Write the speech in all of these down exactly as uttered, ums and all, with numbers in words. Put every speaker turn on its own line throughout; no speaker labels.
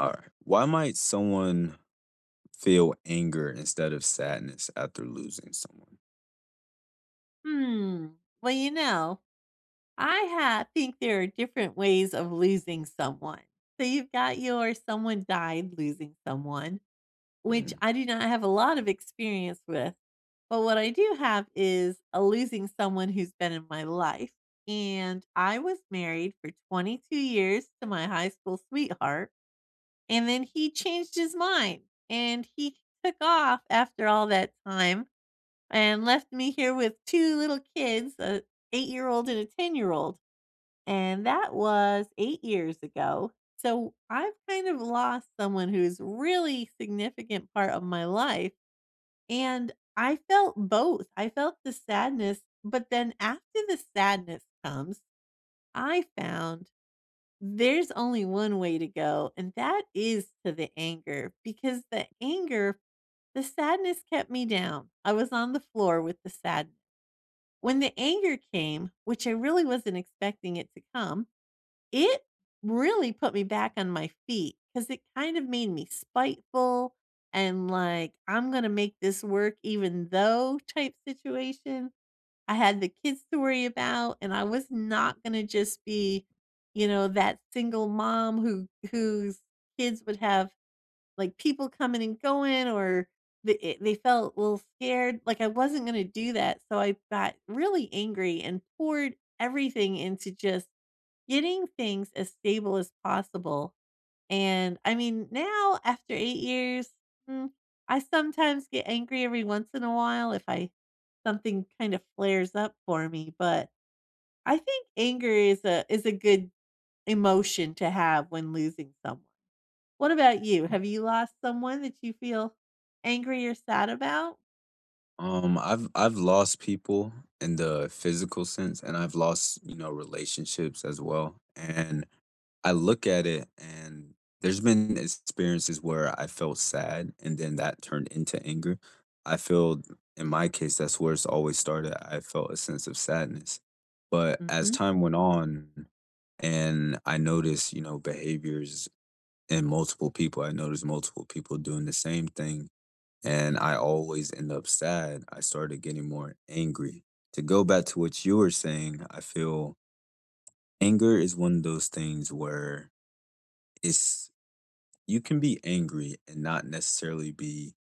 Alright. Why might someone feel anger instead of sadness after losing someone?
Hmm. Well, you know, I ha- think there are different ways of losing someone. So you've got your someone died losing someone, which
Mm.
I do not have a lot of experience with. But what I do have is a losing someone who's been in my life. And I was married for twenty-two years to my high school sweetheart. And then he changed his mind and he took off after all that time and left me here with two little kids, a eight-year-old and a ten-year-old, and that was eight years ago. So, I've kind of lost someone who's really significant part of my life, and I felt both. I felt the sadness, but then after the sadness comes, I found there's only one way to go, and that is to the anger, because the anger the sadness kept me down. I was on the floor with the sadness. When the anger came, which I really wasn't expecting it to come, it really put me back on my feet because it kind of made me spiteful and like, "I'm gonna make this work even though" type situation. I had the kids to worry about, and I was not gonna just be, you know, that single mom who whose kids would have like people coming and going or they eh, they felt a little scared, like I wasn't gonna do that, so I got really angry and poured everything into just getting things as stable as possible, and I mean, now after eight years, mm, I sometimes get angry every once in a while if I something kind of flares up for me, but I think anger is a is a good emotion to have when losing someone. What about you? Have you lost someone that you feel angry or sad about?
Um, I've I've lost people in the physical sense, and I've lost, you know, relationships as well. And I look at it and there's been experiences where I felt sad and then that turned into anger. I feel in my case, that's where it's always started. I felt a sense of sadness. But as
Mhm.
time went on, and I noticed, you know, behaviors and multiple people. I noticed multiple people doing the same thing, and I always end up sad. I started getting more angry. To go back to what you were saying, I feel anger is one of those things where it's you can be angry and not necessarily be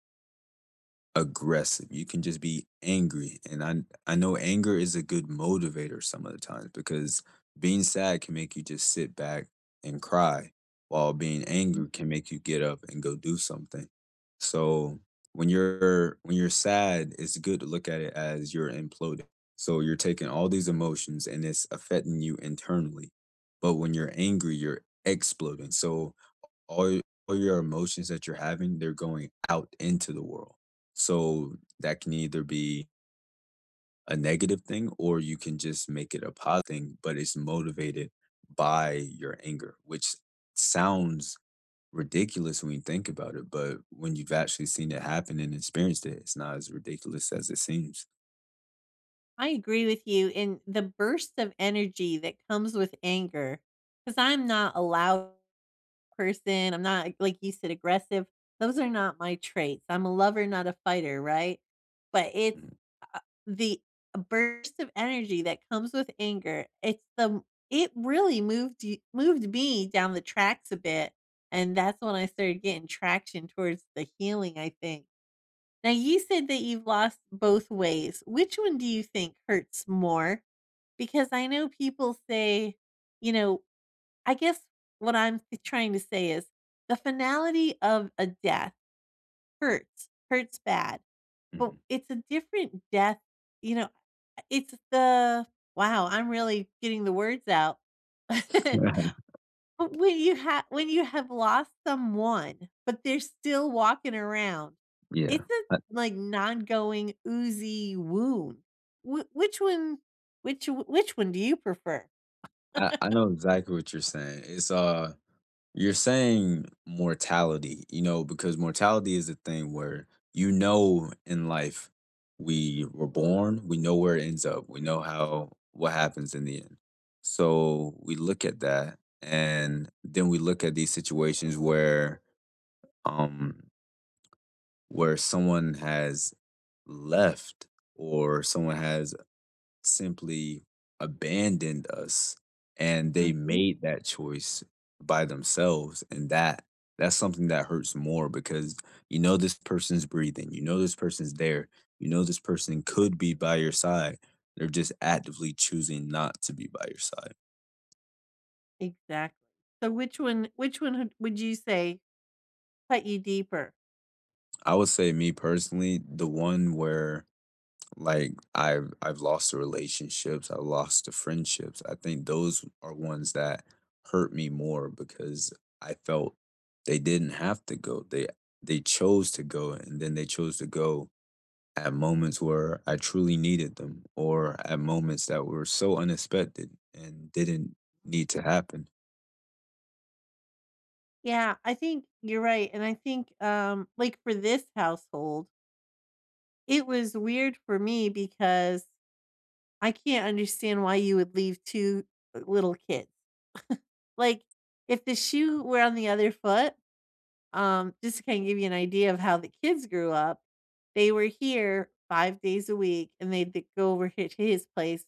aggressive. You can just be angry. And I I know anger is a good motivator some of the times because being sad can make you just sit back and cry, while being
Mm.
angry can make you get up and go do something. So when you're when you're sad, it's good to look at it as you're imploding. So you're taking all these emotions and it's affecting you internally. But when you're angry, you're exploding. So all all your emotions that you're having, they're going out into the world. So that can either be a negative thing or you can just make it a positive thing, but it's motivated by your anger, which sounds ridiculous when you think about it, but when you've actually seen it happen and experienced it, it's not as ridiculous as it seems.
I agree with you in the burst of energy that comes with anger, because 'cause I'm not allowed person. I'm not, like you said, aggressive. Those are not my traits. I'm a lover, not a fighter, right? But it's
Mhm,
uh, the burst of energy that comes with anger. It's the it really moved you, moved me down the tracks a bit, and that's when I started getting traction towards the healing, I think. Now you said that you've lost both ways. Which one do you think hurts more? Because I know people say, you know, I guess what I'm trying to say is the finality of a death hurts, hurts bad, but
mhm.
it's a different death. You know, it's the wow, I'm really getting the words out. But when you have when you have lost someone, but they're still walking around,
Yeah.
it's a
I
like non-going oozy wound. Wh- which one? Which which one do you prefer?
I I know exactly what you're saying. It's, uh you're saying mortality, you know, because mortality is the thing where you know in life we were born, we know where it ends up, we know how what happens in the end. So we look at that and then we look at these situations where um where someone has left or someone has simply abandoned us, and they
Mhm.
made that choice by themselves, and that that's something that hurts more because you know this person's breathing, you know this person's there, you know this person could be by your side. They're just actively choosing not to be by your side.
Exactly. So which one which one would would you say cut you deeper?
I would say me personally, the one where like I've I've lost the relationships, I've lost the friendships. I think those are ones that hurt me more because I felt they didn't have to go. They they chose to go and then they chose to go at moments where I truly needed them or at moments that were so unexpected and didn't need to happen.
Yeah, I think you're right, and I think, um, like, for this household, it was weird for me because I can't understand why you would leave two uh, little kids. Like, if the shoe were on the other foot, um, just to kinda give you an idea of how the kids grew up, they were here five days a week, and they'd go over here to his place,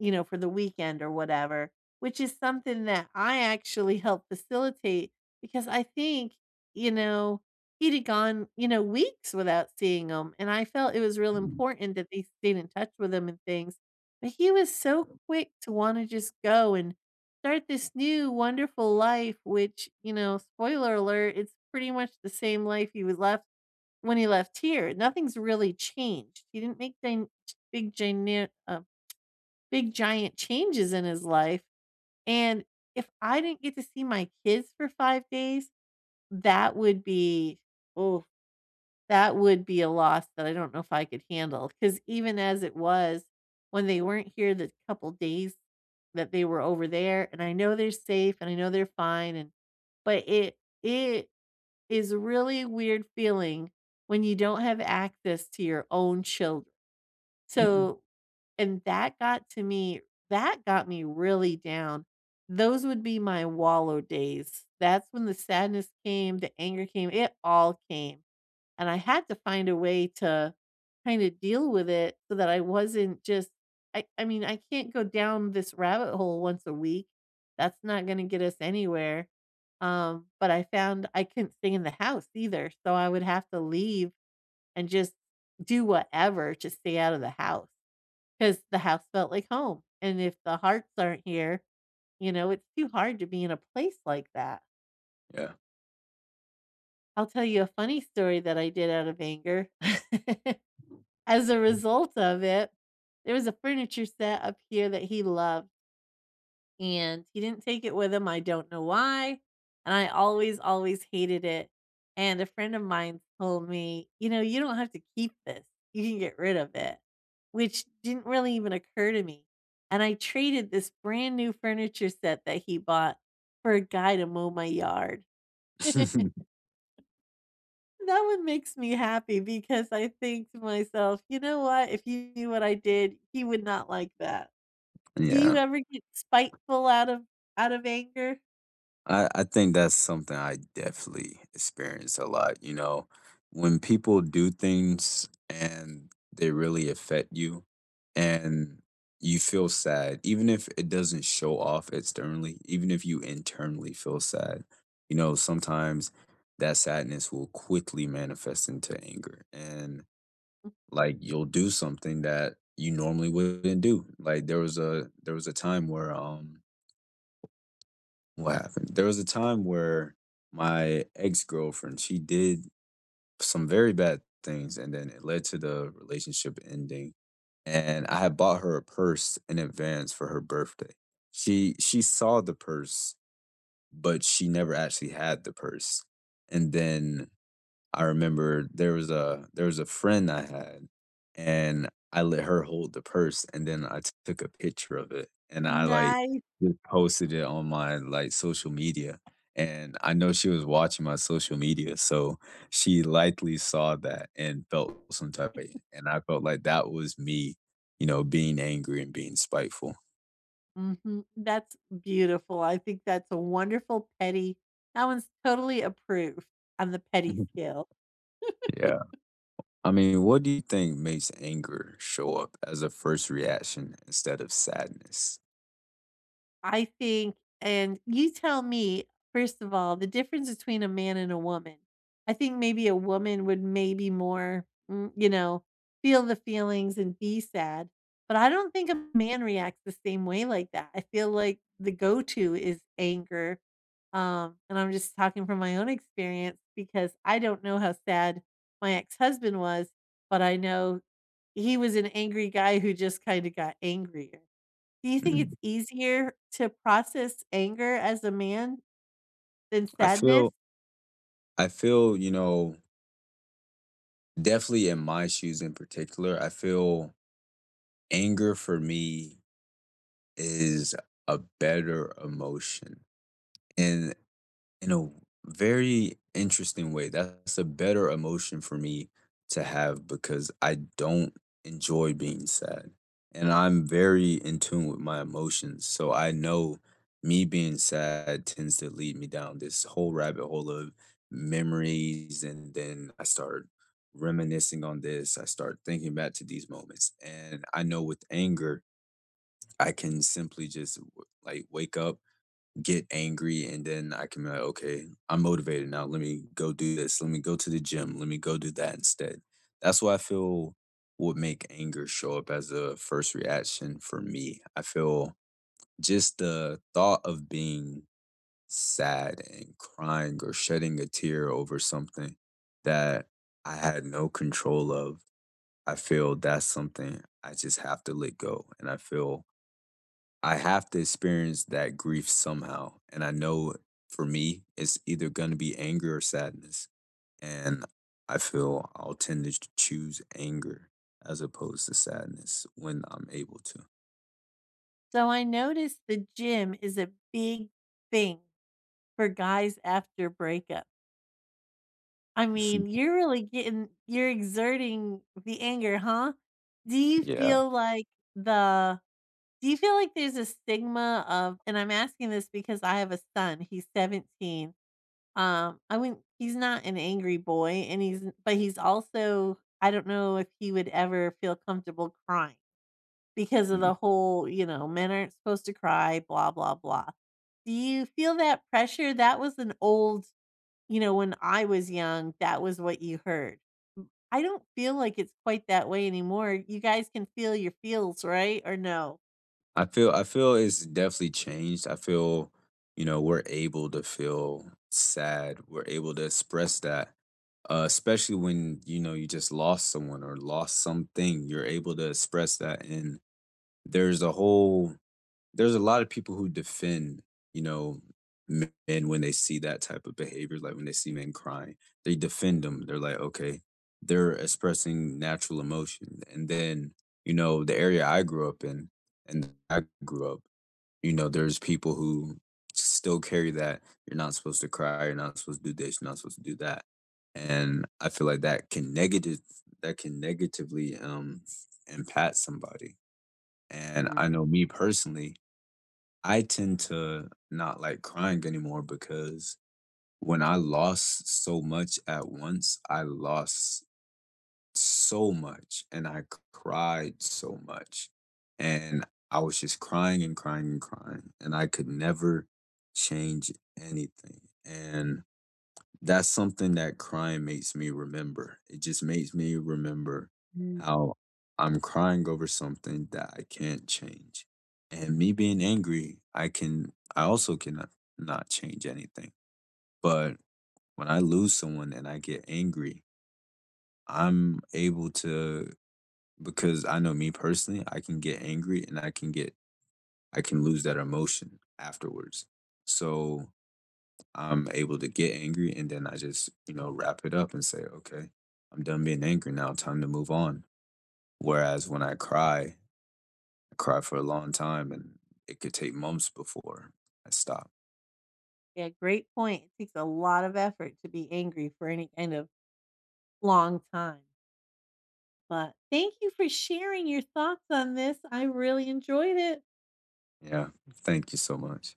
you know, for the weekend or whatever, which is something that I actually help facilitate because I think, you know, he'd had gone, you know, weeks without seeing him, and I felt it was real
Mhm.
important that they stayed in touch with him and things, but he was so quick to wanna just go and start this new wonderful life, which, you know, spoiler alert, it's pretty much the same life he was left when he left here. Nothing's really changed. He didn't make dine big giant uh, big giant changes in his life, and if I didn't get to see my kids for five days, that would be oh, that would be a loss that I don't know if I could handle. Because even as it was, when they weren't here the couple days that they were over there, and I know they're safe, and I know they're fine, and but it it is a really weird feeling when you don't have access to your own children.
Mhm.
So, and that got to me, that got me really down. Those would be my wallow days. That's when the sadness came, the anger came, it all came, and I had to find a way to kinda deal with it so that I wasn't just I I mean, I can't go down this rabbit hole once a week. That's not gonna get us anywhere. Um, but I found I couldn't stay in the house either, so I would have to leave and just do whatever to stay out of the house. 'Cause the house felt like home, and if the hearts aren't here, you know, it's too hard to be in a place like that.
Yeah.
I'll tell you a funny story that I did out of anger. As a result of it, there was a furniture set up here that he loved, and he didn't take it with him, I don't know why, and I always, always hated it, and a friend of mine told me, "You know, you don't have to keep this, you can get rid of it," which didn't really even occur to me, and I traded this brand new furniture set that he bought for a guy to mow my yard. That one makes me happy because I think to myself, "You know what? If you knew what I did, he would not like that." Do you
Yeah.
ever get spiteful out of out of anger?
I, I think that's something I definitely experience a lot. You know, when people do things and they really affect you and you feel sad, even if it doesn't show off externally, even if you internally feel sad, you know, sometimes that sadness will quickly manifest into anger. And like you'll do something that you normally wouldn't do. Like there was a there was a time where um what happened? There was a time where my ex-girlfriend, she did some very bad things, and then it led to the relationship ending. And I had bought her a purse in advance for her birthday. She she saw the purse, but she never actually had the purse. And then I remember there was a there was a friend I had, and I let her hold the purse, and then I took a picture of it, and I, like,
Nice.
just posted it on my, like, social media, and I know she was watching my social media, so she likely saw that and felt some type of, and I felt like that was me, you know, being angry and being spiteful.
Mhm. That's beautiful. I think that's a wonderful petty, that one's totally approved on the petty scale.
Yeah. I mean, what do you think makes anger show up as a first reaction instead of sadness?
I think, and you tell me, first of all, the difference between a man and a woman. I think maybe a woman would maybe more, mm, you know, feel the feelings and be sad, but I don't think a man reacts the same way like that. I feel like the go-to is anger, um, and I'm just talking from my own experience because I don't know how sad my ex-husband was, but I know he was an angry guy who just kinda got angrier. Do you think it's
Mhm.
easier to process anger as a man than
I
sadness?
feel I feel, you know, definitely in my shoes in particular, I feel anger for me is a better emotion. And in a very interesting way, that's a better emotion for me to have because I don't enjoy being sad, and I'm very in tune with my emotions, so I know me being sad tends to lead me down this whole rabbit hole of memories, and then I start reminiscing on this, I start thinking back to these moments, and I know with anger, I can simply just w like, wake up get angry and then I can be like, okay, I'm motivated now. Let me go do this. Let me go to the gym. Let me go do that instead. That's what I feel would make anger show up as a first reaction for me. I feel just the thought of being sad and crying or shedding a tear over something that I had no control of. I feel that's something I just have to let go. And I feel I have to experience that grief somehow. And I know for me, it's either going to be anger or sadness. And I feel I'll tend to ch- choose anger as opposed to sadness when I'm able to.
So I noticed the gym is a big thing for guys after breakup. I mean, you're really getting you're exerting the anger, huh? Do you
Yeah.
feel like the do you feel like there's a stigma of, and I'm asking this because I have a son, he's seventeen. Um, I wouldn't, he's not an angry boy, and he's, but he's also, I don't know if he would ever feel comfortable crying because of the
Mhm.
whole, you know, "Men aren't supposed to cry, blah, blah, blah." Do you feel that pressure? That was an old, you know, when I was young, that was what you heard. M I don't feel like it's quite that way anymore. You guys can feel your feels, right, or no?
I feel I feel it's definitely changed. I feel, you know, we're able to feel sad. We're able to express that. Uh, especially when you know you just lost someone or lost something, you're able to express that, and there's a whole there's a lot of people who defend, you know, men when they see that type of behavior, like when they see men crying, they defend them. They're like, okay, they're expressing natural emotion. And then, you know, the area I grew up in and I grew up, you know, there's people who still carry that. You're not supposed to cry. You're not supposed to do this. You're not supposed to do that. And I feel like that can negative that can negatively um impact somebody. And
Mm.
I know me personally, I tend to not like crying anymore because when I lost so much at once, I lost so much and I c- cried so much. And I was just crying and crying and crying. And I could never change anything. And that's something that crying makes me remember. It just makes me remember
Mm.
how I'm crying over something that I can't change. And me being angry, I can I also cannot not change anything. But when I lose someone and I get angry, I'm able to because I know me personally, I can get angry and I can get I can lose that emotion afterwards. So I'm able to get angry and then I just, you know, wrap it up and say, okay, I'm done being angry now, time to move on. Whereas when I cry, I cry for a long time and it could take months before I stop.
Yeah, great point. It takes a lot of effort to be angry for any kind of long time. But thank you for sharing your thoughts on this. I really enjoyed it.
Yeah. Thank you so much.